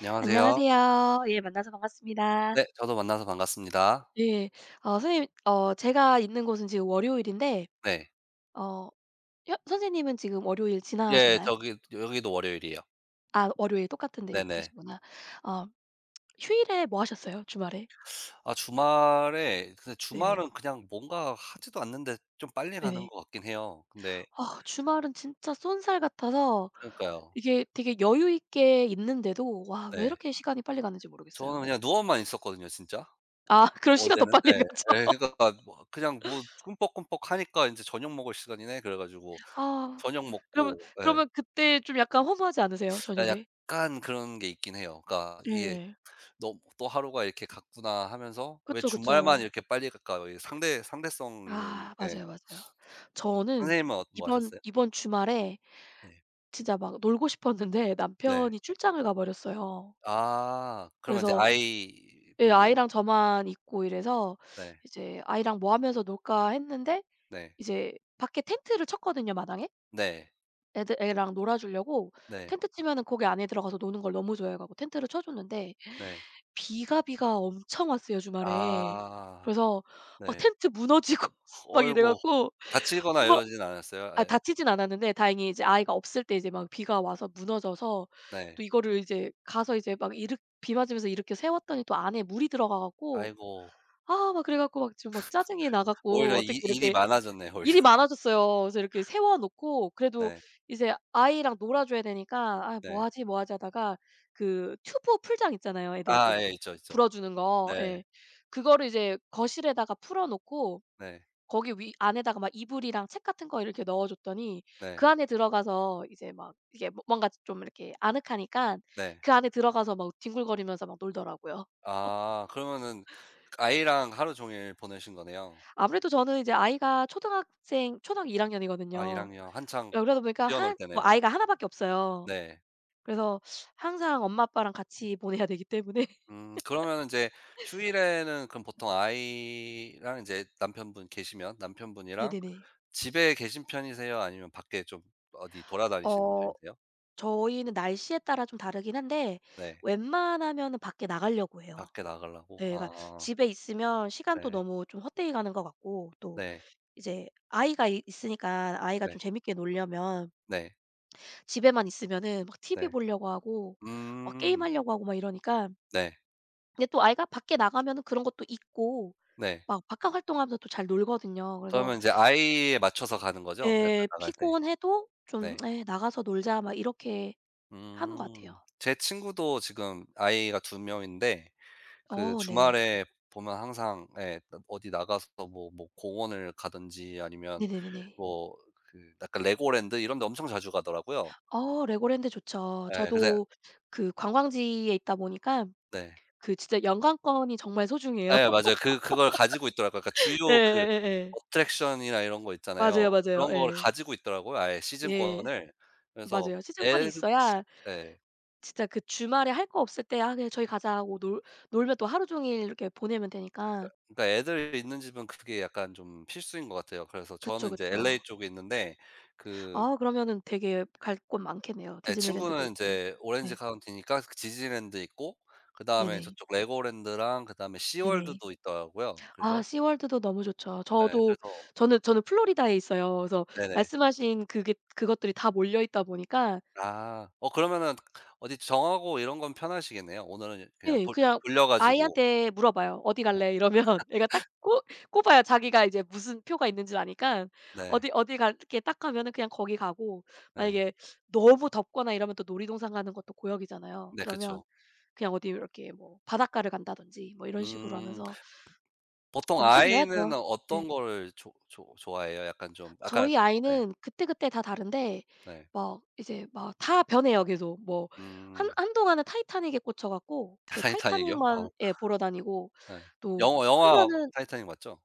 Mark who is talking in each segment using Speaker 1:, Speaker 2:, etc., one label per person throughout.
Speaker 1: 안녕하세요.
Speaker 2: 안녕하세요. 예, 만나서 반갑습니다.
Speaker 1: 네, 저도 만나서 반갑습니다.
Speaker 2: 네. 선생님, 제가 있는 곳은 지금 월요일인데,
Speaker 1: 네.
Speaker 2: 어 혀 선생님은 지금 월요일
Speaker 1: 예,
Speaker 2: 지나셨나요?
Speaker 1: 저기 여기도 월요일이에요.
Speaker 2: 아, 월요일 똑같은 데
Speaker 1: 네네.
Speaker 2: 계시구나. 어 휴일에 뭐 하셨어요? 주말에?
Speaker 1: 아, 주말에, 근데
Speaker 2: 네네.
Speaker 1: 주말은 그냥 뭔가 하지도 않는데 좀 빨리 가는 것
Speaker 2: 네네.
Speaker 1: 같긴 해요. 근데
Speaker 2: 아, 주말은 진짜 쏜살 같아서
Speaker 1: 그러니까요.
Speaker 2: 이게 되게 여유 있게 있는데도, 와 왜
Speaker 1: 네.
Speaker 2: 이렇게 시간이 빨리 가는지
Speaker 1: 저는
Speaker 2: 모르겠어요.
Speaker 1: 그냥 누워만 있었거든요, 진짜.
Speaker 2: 아, 그럼 시간 더
Speaker 1: 어제는
Speaker 2: 빨리
Speaker 1: 예.
Speaker 2: 가죠.
Speaker 1: 예, 그러니까 뭐 그냥 뭐 꿈뻑꿈뻑 하니까 이제 '저녁 먹을 시간이네.' 그래 가지고
Speaker 2: 아,
Speaker 1: 저녁
Speaker 2: 그러면
Speaker 1: 먹고 예.
Speaker 2: 그러면 그때 좀 약간 허무하지 않으세요?
Speaker 1: 아,
Speaker 2: 저녁에?
Speaker 1: 약간 그런 게 있긴 해요. 그러니까 이게
Speaker 2: 예.
Speaker 1: '너 또 하루가 이렇게 갔구나.' 하면서 '왜
Speaker 2: 그쵸,
Speaker 1: 주말만
Speaker 2: 그쵸.
Speaker 1: 이렇게 빨리 갈까?' 이 상대성 이론이.
Speaker 2: 아
Speaker 1: 예.
Speaker 2: 맞아요, 맞아요. 저는
Speaker 1: 선생님은 뭐
Speaker 2: 이번
Speaker 1: 하셨어요?
Speaker 2: 이번 주말에
Speaker 1: 네.
Speaker 2: 진짜 막 놀고 싶었는데,
Speaker 1: 네.
Speaker 2: 남편이 출장을 가 버렸어요.
Speaker 1: 아, 그러면 이제
Speaker 2: 그래서 예,
Speaker 1: 아이분들.
Speaker 2: 아이랑 저만 있고 이래서
Speaker 1: 네.
Speaker 2: 이제 '아이랑 뭐 하면서 놀까.' 했는데,
Speaker 1: 네.
Speaker 2: 이제 밖에 텐트를 쳤거든요, 마당에.
Speaker 1: 네.
Speaker 2: 애들 애랑 놀아 주려고
Speaker 1: 네.
Speaker 2: 텐트 치면은 거기 안에 들어가서 노는 걸 너무 좋아해 갖고 텐트를 쳐 줬는데,
Speaker 1: 네.
Speaker 2: 비가 엄청 왔어요, 주말에.
Speaker 1: 아
Speaker 2: 그래서 막
Speaker 1: 네.
Speaker 2: 텐트 무너지고, 막 이래
Speaker 1: 어이고.
Speaker 2: 갖고
Speaker 1: 다치거나
Speaker 2: 막.
Speaker 1: 이러진 않았어요? 아
Speaker 2: 아,
Speaker 1: 예.
Speaker 2: 다치진 않았는데 다행히 이제
Speaker 1: 네.
Speaker 2: 아이가 없을 때 이제 막 비가 와서 무너져서,
Speaker 1: 네.
Speaker 2: 또 이거를 이제 가서 이제 막 일으 비 맞으면서 일으켜 세웠더니 또 안에 물이 들어가 갖고,
Speaker 1: 아이고.
Speaker 2: 아 막 그래 갖고 막 지금 막 짜증이 나 갖고,
Speaker 1: 오히려
Speaker 2: 어떻게
Speaker 1: 일 일이
Speaker 2: 이렇게
Speaker 1: 많아졌네요, 오히려.
Speaker 2: 일이 많아졌어요. 그래서 이렇게 세워 놓고, 그래도
Speaker 1: 네.
Speaker 2: 이제 아이랑 놀아 줘야 되니까 '아 뭐
Speaker 1: 네.
Speaker 2: 하지, 뭐 하지.' 하다가 그 튜브 풀장 있잖아요. 애들 그
Speaker 1: 아 예, 있죠, 있죠.
Speaker 2: 불어 주는 거.
Speaker 1: 네.
Speaker 2: 예. 그거를 이제 거실에다가 풀어 놓고,
Speaker 1: 네.
Speaker 2: 거기 위 안에다가 막 이불이랑 책 같은 거 이렇게 넣어 줬더니, 그
Speaker 1: 네.
Speaker 2: 안에 들어가서 이제 막 이게 뭐 뭔가 좀 이렇게 아늑하니깐
Speaker 1: 네.
Speaker 2: 그 안에 들어가서 막 뒹굴거리면서 막 놀더라고요.
Speaker 1: 아, 그러면은 아이랑 하루 종일 보내신 거네요.
Speaker 2: 아무래도 저는 이제 아이가 초등학생, 초등학교 1학년 학년이거든요.
Speaker 1: 아이랑요. 한창
Speaker 2: 예, 그러다 보니까
Speaker 1: 뛰어놀
Speaker 2: 한 뭐
Speaker 1: 때네요.
Speaker 2: 아이가 하나 밖에 없어요.
Speaker 1: 네.
Speaker 2: 그래서 항상 엄마 아빠랑 같이 보내야 되기 때문에.
Speaker 1: 음, 그러면 이제 휴일에는 그럼 보통 아이랑 이제 남편분 계시면 남편분이랑
Speaker 2: 네네네.
Speaker 1: 집에 계신 편이세요? 아니면 밖에 좀 어디 돌아다니시는
Speaker 2: 어
Speaker 1: 편이세요?
Speaker 2: 저희는 날씨에 따라 좀 다르긴 한데,
Speaker 1: 네.
Speaker 2: 웬만하면은 밖에 나가려고 해요.
Speaker 1: 밖에 나가려고?
Speaker 2: 네. 그러니까
Speaker 1: 아
Speaker 2: 집에 있으면 시간도
Speaker 1: 네.
Speaker 2: 너무 좀 헛되이 가는 것 같고, 또
Speaker 1: 네.
Speaker 2: 이제 아이가 이 있으니까 아이가
Speaker 1: 네.
Speaker 2: 좀 재밌게 놀려면
Speaker 1: 네.
Speaker 2: 집에만 있으면은 막 TV
Speaker 1: 네.
Speaker 2: 보려고 하고 막
Speaker 1: 음
Speaker 2: 게임하려고 하고 막 이러니까.
Speaker 1: 네.
Speaker 2: 근데 또 아이가 밖에 나가면은 그런 것도 있고
Speaker 1: 네.
Speaker 2: 막 바깥 활동하면서 또 잘 놀거든요. 그래서
Speaker 1: 그러면 이제 아이에 맞춰서 가는 거죠? 약간
Speaker 2: 예,
Speaker 1: 나갈 때.
Speaker 2: 피곤해도 좀
Speaker 1: 네.
Speaker 2: 에 나가서 놀자.' 막 이렇게 하는 것 같아요.
Speaker 1: 음. 제 친구도 지금 아이가 2 명인데 그 네,
Speaker 2: 어 네네.
Speaker 1: 주말에 보면 항상 예 어디 나가서 뭐 뭐 공원을 가든지 아니면 네,
Speaker 2: 네네네네.
Speaker 1: 뭐 그 약간 레고랜드 이런 데 엄청 자주 가더라고요.
Speaker 2: 어, 레고랜드 좋죠.
Speaker 1: 예, 그래서
Speaker 2: 저도 그 관광지에 있다 보니까
Speaker 1: 네.
Speaker 2: 그 진짜 연관권이 정말 소중해요.
Speaker 1: 예, 맞아요. 그 그걸 가지고 있더라고요. 그러니까 주요 그
Speaker 2: 예예예예.
Speaker 1: 어트랙션이나 이런 거 있잖아요.
Speaker 2: 맞아요,
Speaker 1: 그런
Speaker 2: 맞아요.
Speaker 1: 네, 거를
Speaker 2: 예.
Speaker 1: 가지고 있더라고요, 아예
Speaker 2: 예.
Speaker 1: 시즌권을. 그래서
Speaker 2: 맞아요. 시즌권이
Speaker 1: 애
Speaker 2: 있어야
Speaker 1: 예.
Speaker 2: 진짜 그 주말에 할 거 없을 때 '아 그냥 저희 가자.' 하고 놀 놀면 또 하루 종일 이렇게 보내면 되니까.
Speaker 1: 그러니까 애들 있는 집은 그게 약간 좀 필수인 것 같아요. 그래서
Speaker 2: 그쵸,
Speaker 1: 저는 이제 LA
Speaker 2: 그쵸.
Speaker 1: 쪽에 있는데 그
Speaker 2: 아, 그러면은 되게 갈 곳 많겠네요.
Speaker 1: 예,
Speaker 2: 디즈니랜드도
Speaker 1: 친구는 이
Speaker 2: 있고.
Speaker 1: 제 오렌지
Speaker 2: 예.
Speaker 1: 카운티니까 그 디즈니랜드 있고 그다음에
Speaker 2: 네네.
Speaker 1: 저쪽 레고랜드랑 그다음에
Speaker 2: 네네.
Speaker 1: 시월드도 있더라고요.
Speaker 2: 아,
Speaker 1: 그래서
Speaker 2: 시월드도 너무 좋죠.
Speaker 1: 예,
Speaker 2: 저도
Speaker 1: 그래서
Speaker 2: 저는 플로리다에 있어요. 그래서
Speaker 1: 네네.
Speaker 2: 말씀하신 그게 그것들이 다 몰려 있다 보니까.
Speaker 1: 아. 어, 그러면은 어디 정하고 이런 건 편하시겠네요. 오늘은 그냥
Speaker 2: 예.
Speaker 1: 돌
Speaker 2: 그냥
Speaker 1: 돌려 가지고.
Speaker 2: 아이한테 물어봐요. "어디 갈래?" 이러면 애가 딱 꼽 꼽아요. 자기가 이제 무슨 표가 있는지를 아니까,
Speaker 1: 네.
Speaker 2: 어디 어디 갈게 딱 하면은 그냥 거기 가고,
Speaker 1: 네.
Speaker 2: 만약에 너무 덥거나 이러면 또 놀이동산 가는 것도 고역이잖아요.
Speaker 1: 네
Speaker 2: 그러면
Speaker 1: 그쵸.
Speaker 2: 그냥 어디 이렇게 뭐 바닷가를 간다든지 뭐 이런 식으로
Speaker 1: 음.
Speaker 2: 하면서
Speaker 1: 보통 아이는
Speaker 2: 움직여야죠. 네.
Speaker 1: 어떤 거를 좋 좋 좋아해요? 약간 좀 약간.
Speaker 2: 저희
Speaker 1: 네.
Speaker 2: 아이는 그때그때 다 다른데
Speaker 1: 네.
Speaker 2: 막 이제 막 다 변해요 계속. 뭐 한
Speaker 1: 음.
Speaker 2: 한동안은 타이타닉에 꽂혀 갖고 그
Speaker 1: 타이타닉이요?
Speaker 2: 타이타닉만
Speaker 1: 어
Speaker 2: 예 보러 다니고,
Speaker 1: 네.
Speaker 2: 또
Speaker 1: 영어
Speaker 2: 한
Speaker 1: 영화
Speaker 2: 번은,
Speaker 1: 타이타닉 맞죠?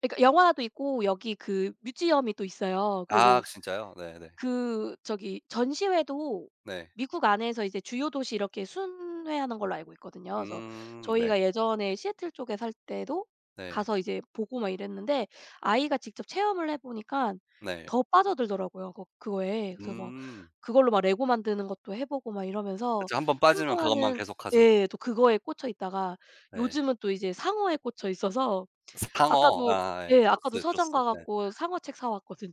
Speaker 2: 그러니까 영화도 있고 여기 그 뮤지엄이 또 있어요.
Speaker 1: 아
Speaker 2: 그리고
Speaker 1: 진짜요? 네네. 네.
Speaker 2: 그 저기 전시회도
Speaker 1: 네.
Speaker 2: 미국 안에서 이제 주요 도시 이렇게 순회하는 걸로 알고 있거든요. 그래서
Speaker 1: 네.
Speaker 2: 저희가 예전에 시애틀 쪽에 살 때도
Speaker 1: 네.
Speaker 2: 가서 이제 보고 막 이랬는데, 아이가 직접 체험을 해보니까
Speaker 1: 네.
Speaker 2: 더 빠져들더라고요 그 그거에. 그래서 뭐
Speaker 1: 음.
Speaker 2: 그걸로 막 레고 만드는 것도 해 보고 막 이러면서
Speaker 1: 그쵸. 한 번 빠지면 그것만
Speaker 2: 한동안은
Speaker 1: 계속하죠.
Speaker 2: 예 또 그거에 꽂혀 있다가,
Speaker 1: 네.
Speaker 2: 요즘은 또 이제 상어에 꽂혀 있어서
Speaker 1: 상어
Speaker 2: 아까도,
Speaker 1: 아 예.
Speaker 2: 예 아까도
Speaker 1: 조스,
Speaker 2: 서점
Speaker 1: 조스.
Speaker 2: 가
Speaker 1: 네.
Speaker 2: 갖고 상어 책 사 왔거든요.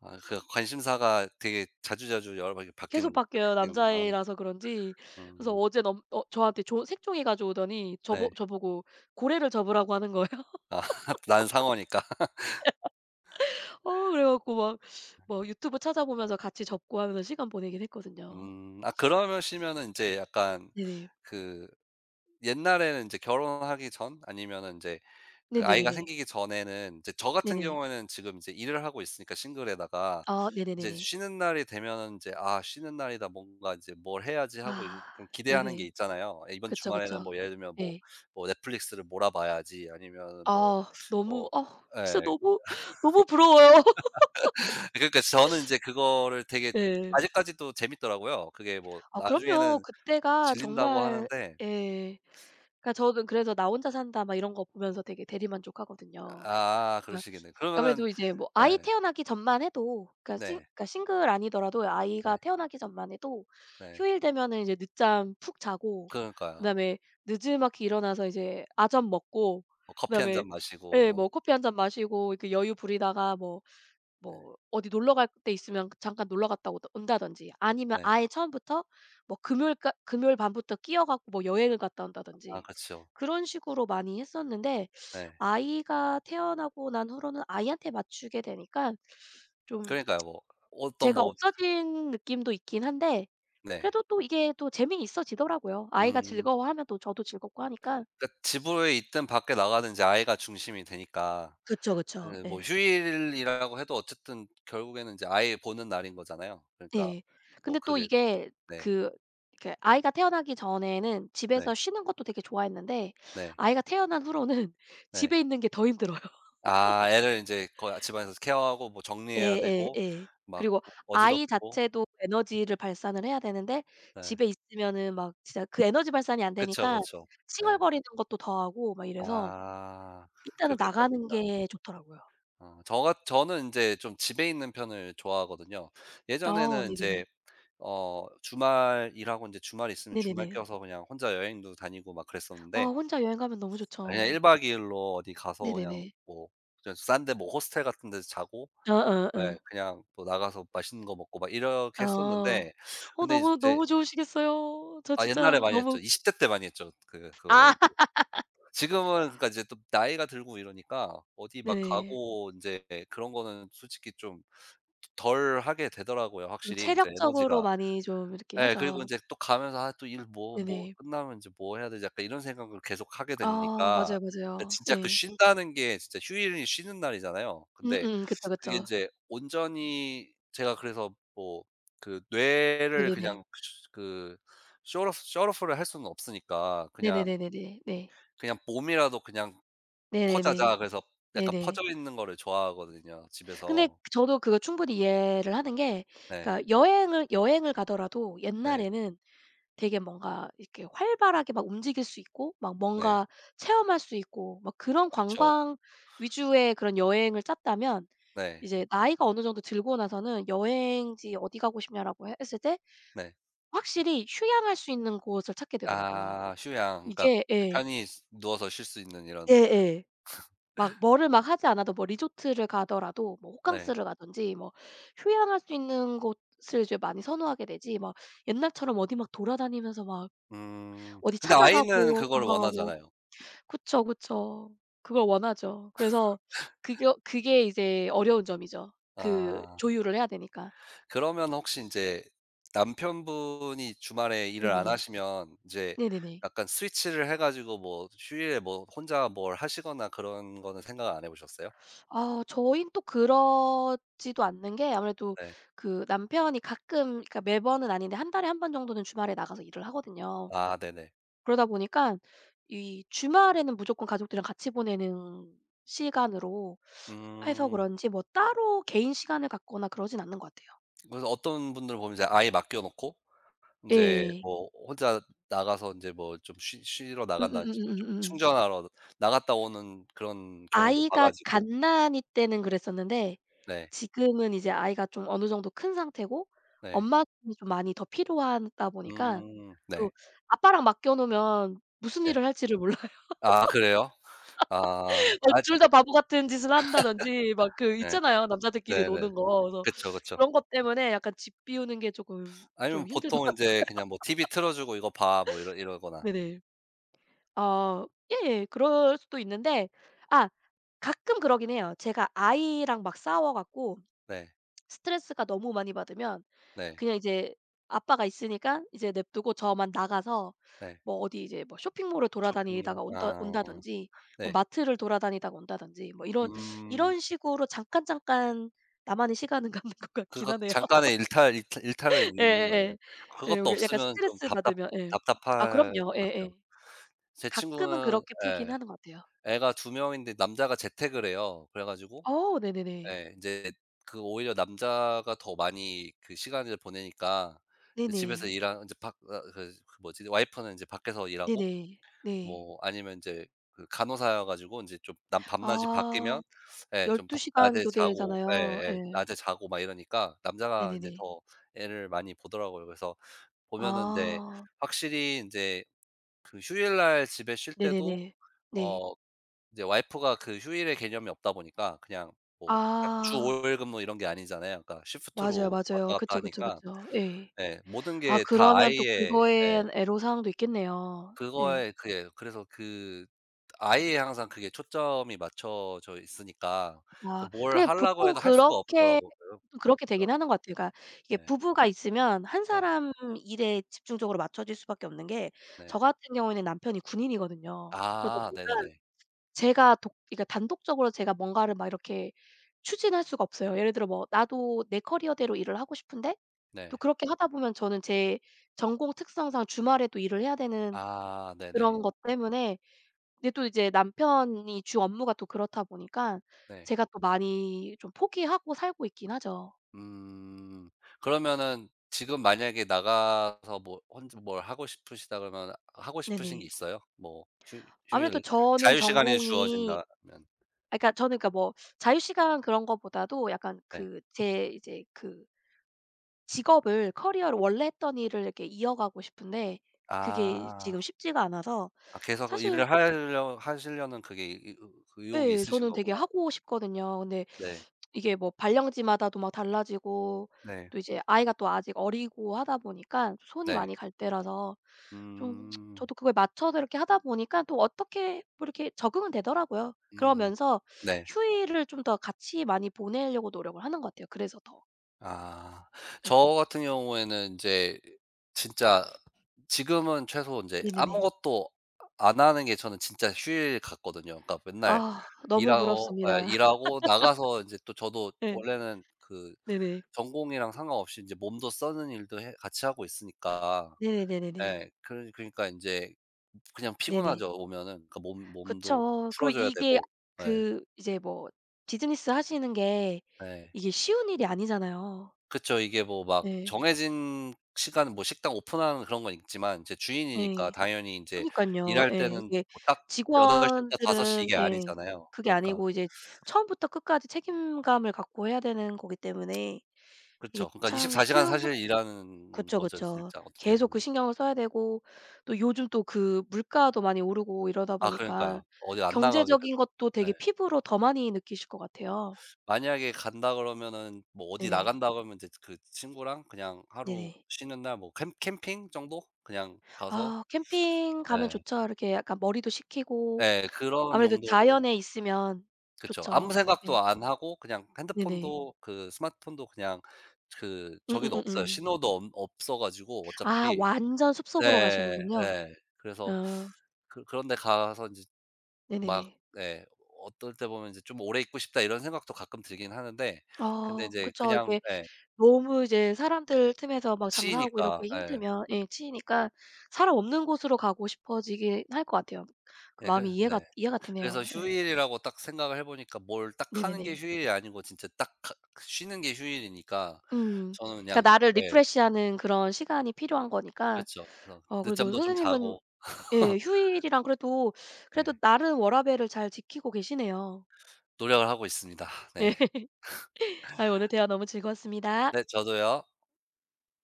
Speaker 1: 아, 그 관심사가 되게 자주자주 여러 번 이렇게
Speaker 2: 계속
Speaker 1: 바뀌는,
Speaker 2: 바뀌어요
Speaker 1: 바뀌는구나.
Speaker 2: 남자애라서 그런지. 그래서
Speaker 1: 음
Speaker 2: 어제 넘 어 저한테 조 색종이 가져오더니
Speaker 1: 네.
Speaker 2: 저보고 고래를 접으라고 하는 거예요.
Speaker 1: 아 난 상어니까.
Speaker 2: 어 그래 갖고 막 뭐 유튜브 찾아보면서 같이 접고 하면서 시간 보내긴 했거든요.
Speaker 1: 아, 그러시면은 인제 약간
Speaker 2: 네네.
Speaker 1: 그 옛날에는 인제 결혼하기 전 아니면은 인제 그 아이가
Speaker 2: 네네네네.
Speaker 1: 생기기 전에는 이제 저 같은
Speaker 2: 네네.
Speaker 1: 경우에는 지금 이제 일을 하고 있으니까 싱글에다가
Speaker 2: 아
Speaker 1: 이제
Speaker 2: 네네네네.
Speaker 1: 쉬는 날이 되면은 제 '아, 쉬는 날이다. 뭔가 이제 뭘 해야지.' 하고 요즘
Speaker 2: 아
Speaker 1: 좀 기대하는 게
Speaker 2: 네네.
Speaker 1: 있잖아요. '아, 이번
Speaker 2: 그쵸,
Speaker 1: 주말에는
Speaker 2: 그쵸.
Speaker 1: 뭐 예를 들면 뭐
Speaker 2: 네.
Speaker 1: 뭐 넷플릭스를 몰아 봐야지.' 아니면은 뭐
Speaker 2: 아 너무
Speaker 1: 뭐
Speaker 2: 아 진짜
Speaker 1: 예.
Speaker 2: 너무, 너무 부러워요.
Speaker 1: 그러니까 저는 이제 그거를 되게
Speaker 2: 네.
Speaker 1: 아직까지도 재밌더라고요. 그게 뭐
Speaker 2: 아 그럼요.
Speaker 1: 나중에는
Speaker 2: 그때가
Speaker 1: 질린다고
Speaker 2: 정말
Speaker 1: 하는데.
Speaker 2: 예. 그러니까 저는 그래서 '나 혼자 산다.' 막 이런 거 보면서 되게 대리만족하거든요.
Speaker 1: 아,
Speaker 2: 그러니까
Speaker 1: 그러시겠네요. 그러면은
Speaker 2: 아무래도 이제 뭐 아이
Speaker 1: 예.
Speaker 2: 태어나기 전만 해도, 그러니까 싱
Speaker 1: 네.
Speaker 2: 그러니까 싱글 아니더라도 아이가
Speaker 1: 네.
Speaker 2: 태어나기 전만 해도
Speaker 1: 네.
Speaker 2: 휴일 되면은 이제 늦잠 푹 자고
Speaker 1: 그러니까요.
Speaker 2: 그다음에 느지막이 일어나서 이제 아점 먹고
Speaker 1: 뭐 커피 한
Speaker 2: 그다음에
Speaker 1: 잔 마시고
Speaker 2: 예 뭐
Speaker 1: 뭐.
Speaker 2: 커피 한 잔 마시고 이렇게 여유 부리다가, 뭐 뭐 어디 놀러 갈 때 있으면 잠깐 놀러 갔다 오다 온다든지, 아니면
Speaker 1: 네.
Speaker 2: 아예 처음부터 뭐 금요일 밤부터 끼어 갖고 뭐 여행을 갔다
Speaker 1: 아
Speaker 2: 온다든지
Speaker 1: 그렇죠.
Speaker 2: 그런 식으로 많이 했었는데,
Speaker 1: 네.
Speaker 2: 아이가 태어나고 난 후로는 아이한테 맞추게 되니까 좀
Speaker 1: 그러니까요. 뭐 어떤
Speaker 2: 제가
Speaker 1: 뭐.
Speaker 2: 없어진 느낌도 있긴 한데,
Speaker 1: 네.
Speaker 2: 그래도 또 이게 또 재미있어지더라고요. 아이가
Speaker 1: 음.
Speaker 2: 즐거워하면 또 저도 즐겁고 하니까.
Speaker 1: 그러니까 집에 있든 밖에 나가든 이제 아이가 중심이 되니까
Speaker 2: 그쵸, 그쵸.
Speaker 1: 그 뭐
Speaker 2: 예.
Speaker 1: 휴일이라고 해도 어쨌든 결국에는 이제 아이 보는 날인 거잖아요. 그러니까
Speaker 2: 네.
Speaker 1: 뭐
Speaker 2: 근데 또
Speaker 1: 그게.
Speaker 2: 이게
Speaker 1: 네.
Speaker 2: 그 이렇게 아이가 태어나기 전에는
Speaker 1: 네.
Speaker 2: 집에서 쉬는 것도 되게 좋아했는데,
Speaker 1: 네.
Speaker 2: 아이가 태어난 후로는
Speaker 1: 네.
Speaker 2: 집에 있는 게 더 힘들어요.
Speaker 1: 아, 애를 인제 거의 집안에서 케어하고 뭐 정리해야 되고
Speaker 2: 예예예.
Speaker 1: 막
Speaker 2: 그리고 아이
Speaker 1: 어지럽히고.
Speaker 2: 자체도 에너지를 발산을 해야 되는데
Speaker 1: 네.
Speaker 2: 집에 있으면은 막 진짜 그 에너지 발산이 안
Speaker 1: 그쵸,
Speaker 2: 되니까
Speaker 1: 그쵸. 네.
Speaker 2: 칭얼거리는 것도 더 하고 막 이래서
Speaker 1: 아,
Speaker 2: 일단은
Speaker 1: 그렇겠다
Speaker 2: 나가는
Speaker 1: 진짜.
Speaker 2: 게 좋더라고요.
Speaker 1: 어 저가 저는 이제 좀 집에 있는 편을 좋아하거든요.
Speaker 2: 아
Speaker 1: 예전에는 이
Speaker 2: 네네네.
Speaker 1: 제 주말 일하고 이제 주말 있으면 주말
Speaker 2: 네네네.
Speaker 1: 껴서 그냥 혼자 여행도 다니고 막
Speaker 2: 아,
Speaker 1: 그랬었는데
Speaker 2: 혼자 여행 가면 너무
Speaker 1: 그냥 1
Speaker 2: 좋죠.
Speaker 1: 박 2 일로 어디 가서 그냥
Speaker 2: 네네네.
Speaker 1: 뭐 그냥 싼데 뭐 호스텔 같은 데서 자고 네,
Speaker 2: 어어어.
Speaker 1: 그냥 또 나가서 맛있는 거 먹고 막 이렇게
Speaker 2: 아.
Speaker 1: 했었는데. 근데
Speaker 2: 너무,
Speaker 1: 이제
Speaker 2: 너무 좋으시겠어요. 저
Speaker 1: 아, 옛날에
Speaker 2: 진짜
Speaker 1: 많이 했죠.
Speaker 2: 너무
Speaker 1: 20대 때 많이 했죠, 그 그거를.
Speaker 2: 아.
Speaker 1: 지금은 그러니까 이제 또 나이가 들고 이러니까 어디 막
Speaker 2: 네네.
Speaker 1: 가고 이제 그런 거는 솔직히 좀 덜 하게 되더라고요,
Speaker 2: 좀
Speaker 1: 확실히 인제
Speaker 2: 체력적으로
Speaker 1: 에너지가.
Speaker 2: 많이 좀 이렇게
Speaker 1: 예, 그리고
Speaker 2: 하죠.
Speaker 1: 인제 또 가면서 '아, 또 일 뭐 뭐
Speaker 2: 네네.
Speaker 1: 끝나면 인제 뭐 해야 되지?' 약간 이런 생각을 계속 하게
Speaker 2: 아
Speaker 1: 되니까
Speaker 2: 맞아요,
Speaker 1: 그
Speaker 2: 맞아요.
Speaker 1: 진짜 그
Speaker 2: 예.
Speaker 1: 쉰다는 게 진짜 휴일이 쉬는 날이잖아요. 근데
Speaker 2: 음음. 그쵸,
Speaker 1: 그게
Speaker 2: 그쵸.
Speaker 1: 인제 온전히 제가 그래서 뭐 그 뇌를
Speaker 2: 네네네.
Speaker 1: 그냥 그 s 오프 t o f 를 할 수는 없으니까 그냥
Speaker 2: 네네네네네. 네.
Speaker 1: 그냥 '몸이라도 그냥 퍼자자.'
Speaker 2: 네네네.
Speaker 1: 그래서 약간 퍼져
Speaker 2: 네네.
Speaker 1: 있는 거를 좋아하거든요
Speaker 2: 근데
Speaker 1: 집에서.
Speaker 2: 저도 그거 충분히 이해를 하는 게,
Speaker 1: 네.
Speaker 2: 그러니까 여행을 가더라도
Speaker 1: 네.
Speaker 2: 옛날에는 되게 뭔가 이렇게 활발하게 막 움직일 수 있고 막
Speaker 1: 네.
Speaker 2: 뭔가 체험할 수 있고 막 그런
Speaker 1: 그쵸.
Speaker 2: 관광 위주의 그런 여행을 짰다면,
Speaker 1: 네.
Speaker 2: 이제 나이가 어느 정도 들고 나서는 "여행지 어디 가고 싶냐?"라고 해 했을 때
Speaker 1: 네.
Speaker 2: 확실히 휴양할 수 있는 곳을 찾게 되더라고요.
Speaker 1: 아, 휴양. 그러니까
Speaker 2: 이게 예.
Speaker 1: 편히 누워서 쉴 수 있는 이런.
Speaker 2: 예예. 막 뭐를 막 하지 않아도 뭐 리조트를 가더라도 뭐
Speaker 1: 네.
Speaker 2: 호캉스를 가든지 뭐 휴양할 수 있는 곳을 이제 많이 선호하게 되지, 막 옛날처럼 어디 막 돌아다니면서 막
Speaker 1: 음.
Speaker 2: 어디
Speaker 1: 근데 아이는
Speaker 2: 찾아가고
Speaker 1: 그거를
Speaker 2: 관광하고.
Speaker 1: 원하잖아요.
Speaker 2: 그쵸, 그쵸. 그걸 원하죠. 그래서 그 그게 이제 어려운 점이죠. 그
Speaker 1: 아.
Speaker 2: 조율을 해야 되니까.
Speaker 1: 그러면 혹시 인제 남편분이 주말에 일을 안
Speaker 2: 네네네.
Speaker 1: 하시면 인제
Speaker 2: 네네네.
Speaker 1: 약간 스위치를 해 가지고 뭐 휴일에 뭐 혼자 뭘 하시거나 그런 거는 생각 안 해 보셨어요?
Speaker 2: 아, 저희는 또 그러지도 않는 게, 아무래도
Speaker 1: 네.
Speaker 2: 그 남편이 가끔 그러니까 매번은 아닌데 한 달에 한 번 정도는 주말에 나가서 일을 하거든요.
Speaker 1: 아 네네.
Speaker 2: 그러다 보니까 이 주말에는 무조건 가족들이랑 같이 보내는 시간으로 해서
Speaker 1: 음.
Speaker 2: 그런지, 뭐 따로 개인 시간을 갖거나 그러진 않는 것 같아요.
Speaker 1: 그래서 어떤 분들 보면 이제 아이 맡겨 놓고 인제
Speaker 2: 예.
Speaker 1: 뭐 혼자 나가서 인제 뭐 좀 쉬 쉬러 나간다든지 뭐 좀
Speaker 2: 음음음음음음.
Speaker 1: 충전하러 나갔다 오는 그런 경우도 봐
Speaker 2: 아이가
Speaker 1: 가지고.
Speaker 2: 갓난이 때는 그랬었는데,
Speaker 1: 네.
Speaker 2: 지금은 이제 아이가 좀 어느 정도 큰 상태고
Speaker 1: 네.
Speaker 2: 엄마 도움이 좀 많이 더 필요하다 보니까
Speaker 1: 네.
Speaker 2: 또 아빠랑 맡겨 놓으면 무슨
Speaker 1: 네.
Speaker 2: 일을 할지를 몰라요.
Speaker 1: 아 그래요? 아
Speaker 2: 어
Speaker 1: 아직.
Speaker 2: 둘 다 바보 같은 짓을 한다든지 막 그
Speaker 1: 네.
Speaker 2: 있잖아요, 남자들끼리
Speaker 1: 네네.
Speaker 2: 노는 거. 그래서
Speaker 1: 그쵸, 그쵸.
Speaker 2: 그런 것 때문에 약간 집 비우는 게 쪼끔
Speaker 1: 아니면
Speaker 2: 좀 힘들더라고요.
Speaker 1: 보통 인제 그냥 뭐 "TV 틀어 주고 이거 봐." 뭐 이러거나.
Speaker 2: 네네. 아 예예. 그럴 수도 있는데, 아 가끔 그러긴 해요. 제가 아이랑 막 싸워 갖고
Speaker 1: 네.
Speaker 2: 스트레스가 너무 많이 받으면
Speaker 1: 네.
Speaker 2: 그냥 이제 아빠가 있으니까 이제 냅두고 저만 나가서
Speaker 1: 네.
Speaker 2: 뭐 어디 이제 뭐 쇼핑몰을
Speaker 1: 쇼핑몰.
Speaker 2: 돌아다니다가
Speaker 1: 아
Speaker 2: 온다든지 뭐
Speaker 1: 네.
Speaker 2: 마트를 돌아다니다가 온다든지 뭐 이런
Speaker 1: 음.
Speaker 2: 이런 식으로 잠깐 잠깐 나만의 시간은 갖는 것 같긴
Speaker 1: 그것
Speaker 2: 하네요.
Speaker 1: 잠깐의 일탈을 있는 거네요.
Speaker 2: 예예예. 예 예.
Speaker 1: 그것도
Speaker 2: 여기 약간
Speaker 1: 없으면 좀
Speaker 2: 스트레스
Speaker 1: 답답,
Speaker 2: 받으면 예. 아
Speaker 1: 답답할
Speaker 2: 그럼요.
Speaker 1: 것 같아요.
Speaker 2: 예예.
Speaker 1: 제
Speaker 2: 가끔은
Speaker 1: 친구는
Speaker 2: 그렇게 풀긴
Speaker 1: 예.
Speaker 2: 하는 것 같아요.
Speaker 1: 애가 두 명인데 남자가 재택을 해요. 그래 가지고
Speaker 2: 어 네네네.
Speaker 1: 예 인제 그 오히려 남자가 더 많이 그 시간을 보내니까 이제 집에서
Speaker 2: 네네.
Speaker 1: 일하 인제 밖 아 그 그 뭐지 와이프는 인제 밖에서 일하고
Speaker 2: 네네. 네.
Speaker 1: 뭐 아니면 인제 그 간호사여 가지고 인제 좀 남 밤낮이
Speaker 2: 아
Speaker 1: 바뀌면 예 좀
Speaker 2: 열두
Speaker 1: 밤
Speaker 2: 시간
Speaker 1: 낮에 자고
Speaker 2: 교대잖아요.
Speaker 1: 예예
Speaker 2: 예.
Speaker 1: 낮에 자고 막 이러니까 남자가 인제
Speaker 2: 네네네.
Speaker 1: 더 애를 많이 보더라고요. 그래서 보면은 네
Speaker 2: 아.
Speaker 1: 확실히 인제 그 휴일날 집에 쉴 때도
Speaker 2: 네네네. 네.
Speaker 1: 어 이제 와이프가 그 휴일의 개념이 없다 보니까 그냥 뭐 딱 주
Speaker 2: 아
Speaker 1: 5일 근무 이런 게 아니잖아요. 그러니까
Speaker 2: 맞아요,
Speaker 1: 시프트로
Speaker 2: 맞아요.
Speaker 1: 왔다 갔다
Speaker 2: 그쵸, 그쵸,
Speaker 1: 하니까
Speaker 2: 그쵸. 예.
Speaker 1: 예 모든
Speaker 2: 아,
Speaker 1: 게 다
Speaker 2: 그러면 또
Speaker 1: 아이의 예
Speaker 2: 그거에 애로사항도 있겠네요. 예.
Speaker 1: 그거에 그게 그래서 그 아이에 항상 그게 초점이 맞춰져 있으니까 그
Speaker 2: 아,
Speaker 1: 뭘
Speaker 2: 근데
Speaker 1: 하려고
Speaker 2: 보통
Speaker 1: 해도 할 수가
Speaker 2: 그렇게
Speaker 1: 없더라고요.
Speaker 2: 그렇게 되긴 하는
Speaker 1: 없더라고요.
Speaker 2: 것 같아요. 그러니까 이게
Speaker 1: 네.
Speaker 2: 부부가 있으면 한
Speaker 1: 네.
Speaker 2: 사람 일에 집중적으로 맞춰질 수밖에 없는 게,
Speaker 1: 네.
Speaker 2: 저 같은 경우에는 남편이 군인이거든요. 그러다
Speaker 1: 아
Speaker 2: 보니까
Speaker 1: 네네네.
Speaker 2: 제가 독 그러니까 단독적으로 제가 뭔가를 막 이렇게 추진할 수가 없어요. 예를 들어 뭐 나도 내 커리어대로 일을 하고 싶은데, 또
Speaker 1: 네.
Speaker 2: 그렇게 하다 보면 저는 제 전공 특성상 주말에도 일을 해야 되는
Speaker 1: 아 네네.
Speaker 2: 그런 것 때문에 근데 또 이제 남편이 주 업무가 또 그렇다 보니까
Speaker 1: 네.
Speaker 2: 제가 또 많이 좀 포기하고 살고 있긴 하죠.
Speaker 1: 음. 그러면은 지금 만약에 나가서 뭐 혼자 뭘 하고 싶으시다 그러면 하고 싶으신 게
Speaker 2: 네네.
Speaker 1: 있어요? 뭐 휴,
Speaker 2: 아무래도
Speaker 1: 휴일
Speaker 2: 저는
Speaker 1: 자유 시간이
Speaker 2: 전공이
Speaker 1: 주어진다면.
Speaker 2: 아 그러니까 저는 그러니까 뭐 자유시간 그런 거보다도 약간
Speaker 1: 네.
Speaker 2: 그 제 이제 그 직업을 커리어를 원래 했던 일을 이렇게 이어가고 싶은데, 그게
Speaker 1: 아.
Speaker 2: 지금 쉽지가 않아서
Speaker 1: 아, 계속
Speaker 2: 사실.
Speaker 1: 일을 하려 하시려는 그게 이의 그 의욕이
Speaker 2: 예.
Speaker 1: 있으신
Speaker 2: 저는 되게
Speaker 1: 거구나.
Speaker 2: 하고 싶거든요. 근데
Speaker 1: 네.
Speaker 2: 이게 뭐 발령지마다도 막 달라지고,
Speaker 1: 네.
Speaker 2: 또 이제 아이가 또 아직 어리고 하다 보니까 손이
Speaker 1: 네.
Speaker 2: 많이 갈 때라서 좀,
Speaker 1: 음.
Speaker 2: 저도 그거에 맞춰서 이렇게 하다 보니까 또 어떻게 뭐 이렇게 적응은 되더라고요.
Speaker 1: 음.
Speaker 2: 그러면서
Speaker 1: 네.
Speaker 2: 휴일을 좀 더 같이 많이 보내려고 노력을 하는 것 같아요, 그래서 더.
Speaker 1: 아. 저
Speaker 2: 예.
Speaker 1: 같은 경우에는 이제 진짜 지금은 최소 인제
Speaker 2: 네네네.
Speaker 1: 아무것도 안 하는 게 저는 진짜 휴일 같거든요. 그러니까 맨날
Speaker 2: 아 너무
Speaker 1: 일하고 예
Speaker 2: 부럽습니다.
Speaker 1: 일하고 나가서 인제 또 저도
Speaker 2: 예.
Speaker 1: 원래는 그
Speaker 2: 네네.
Speaker 1: 전공이랑 상관없이 인제 몸도 쓰는 일도 해 같이 하고 있으니까
Speaker 2: 네네네네네.
Speaker 1: 예 그러니까 인제 그냥
Speaker 2: 네네.
Speaker 1: 피곤하죠 오면은. 그러니까 몸 몸도
Speaker 2: 그쵸. 그리고
Speaker 1: 풀어줘야
Speaker 2: 이게
Speaker 1: 되고 예.
Speaker 2: 그 이제 뭐 비즈니스 하시는 게
Speaker 1: 예.
Speaker 2: 이게 쉬운 일이 아니잖아요.
Speaker 1: 그쵸. 이게 뭐 막
Speaker 2: 예.
Speaker 1: 정해진 시간 뭐 식당 오픈하는 그런 건 있지만 이제 주인이니까
Speaker 2: 예.
Speaker 1: 당연히 인제
Speaker 2: 그니깐요.
Speaker 1: 일할
Speaker 2: 예.
Speaker 1: 때는
Speaker 2: 이게
Speaker 1: 뭐 딱 8 시부터 5 시
Speaker 2: 직원들은
Speaker 1: 이게
Speaker 2: 예
Speaker 1: 아니잖아요.
Speaker 2: 그게
Speaker 1: 그러니까
Speaker 2: 아니고 이제 처음부터 끝까지 책임감을 갖고 해야 되는 거기 때문에 이게
Speaker 1: 그쵸. 그러니까
Speaker 2: 참
Speaker 1: 24 시간
Speaker 2: 쉬운 것.
Speaker 1: 사실 일하는
Speaker 2: 그쵸,
Speaker 1: 거죠,
Speaker 2: 그쵸.
Speaker 1: 진짜 어떻게
Speaker 2: 계속 그
Speaker 1: 보면.
Speaker 2: 신경을 써야 되고, 또 요즘 또 그 물가도 많이 오르고 이러다
Speaker 1: 아
Speaker 2: 보니까
Speaker 1: 그러니까요. 어디 안 나가게
Speaker 2: 경제적인
Speaker 1: 되죠.
Speaker 2: 것도 되게
Speaker 1: 네.
Speaker 2: 피부로 더 많이 느끼실 것 같아요.
Speaker 1: 만약에 간다 그러면은 뭐 어디
Speaker 2: 네네.
Speaker 1: 나간다 그러면 이제 그 친구랑 그냥 하루
Speaker 2: 네네.
Speaker 1: 쉬는 날 뭐 캠 캠핑 정도 그냥 가서
Speaker 2: 아 캠핑 가면
Speaker 1: 예.
Speaker 2: 좋죠. 이렇게 약간 머리도 식히고,
Speaker 1: 예. 그런
Speaker 2: 아무래도
Speaker 1: 용도로
Speaker 2: 자연에 있으면
Speaker 1: 그쵸. 아무
Speaker 2: 좋죠.
Speaker 1: 생각도
Speaker 2: 네.
Speaker 1: 안 하고 그냥
Speaker 2: 네네.
Speaker 1: 핸드폰도 그 스마트폰도 그냥 그 저기도 없어요.
Speaker 2: 음음음음.
Speaker 1: 신호도 엄 없어 가지고
Speaker 2: 아,
Speaker 1: 어차피
Speaker 2: 완전 숲속으로
Speaker 1: 네.
Speaker 2: 가시는군요.
Speaker 1: 예. 그래서
Speaker 2: 아
Speaker 1: 그 그런 데 가서 인제 막
Speaker 2: 네네네.
Speaker 1: 예 어떨 때 보면 이제 '좀 오래 있고 싶다.' 이런 생각도 가끔 들긴 하는데 근데
Speaker 2: 아
Speaker 1: 인제
Speaker 2: 그쵸.
Speaker 1: 그냥
Speaker 2: 이게
Speaker 1: 예
Speaker 2: 너무 이제 사람들 틈에서 막 장사하고
Speaker 1: 치이니까
Speaker 2: 이렇게
Speaker 1: 예.
Speaker 2: 힘들면 예 치이니까, 사람 없는 곳으로 가고 싶어지긴 할 것 같아요. 그
Speaker 1: 예 그
Speaker 2: 마음이 이해가
Speaker 1: 네.
Speaker 2: 이해가
Speaker 1: 그래서
Speaker 2: 되네요. 예.
Speaker 1: 휴일이라고 딱 생각을 해 보니까 뭘 딱 하는 게
Speaker 2: 네네네.
Speaker 1: 휴일이 아니고 진짜 딱 가, 쉬는 게 휴일이니까
Speaker 2: 음.
Speaker 1: 저는
Speaker 2: 그러니까
Speaker 1: 그냥
Speaker 2: 나를
Speaker 1: 예.
Speaker 2: 리프레시하는 그런 시간이 필요한 거니까.
Speaker 1: 그렇죠. 그래서
Speaker 2: 어 그래도
Speaker 1: 늦잠도 좀 자고
Speaker 2: 선생님은, 예. 휴일이랑 그래도 그래도
Speaker 1: 네.
Speaker 2: 나름 워라밸을 잘 지키고 계시네요.
Speaker 1: 노력을 하고 있습니다. 네.
Speaker 2: 예. 아유, 오늘 대화 너무 즐거웠습니다.
Speaker 1: 네 저도요.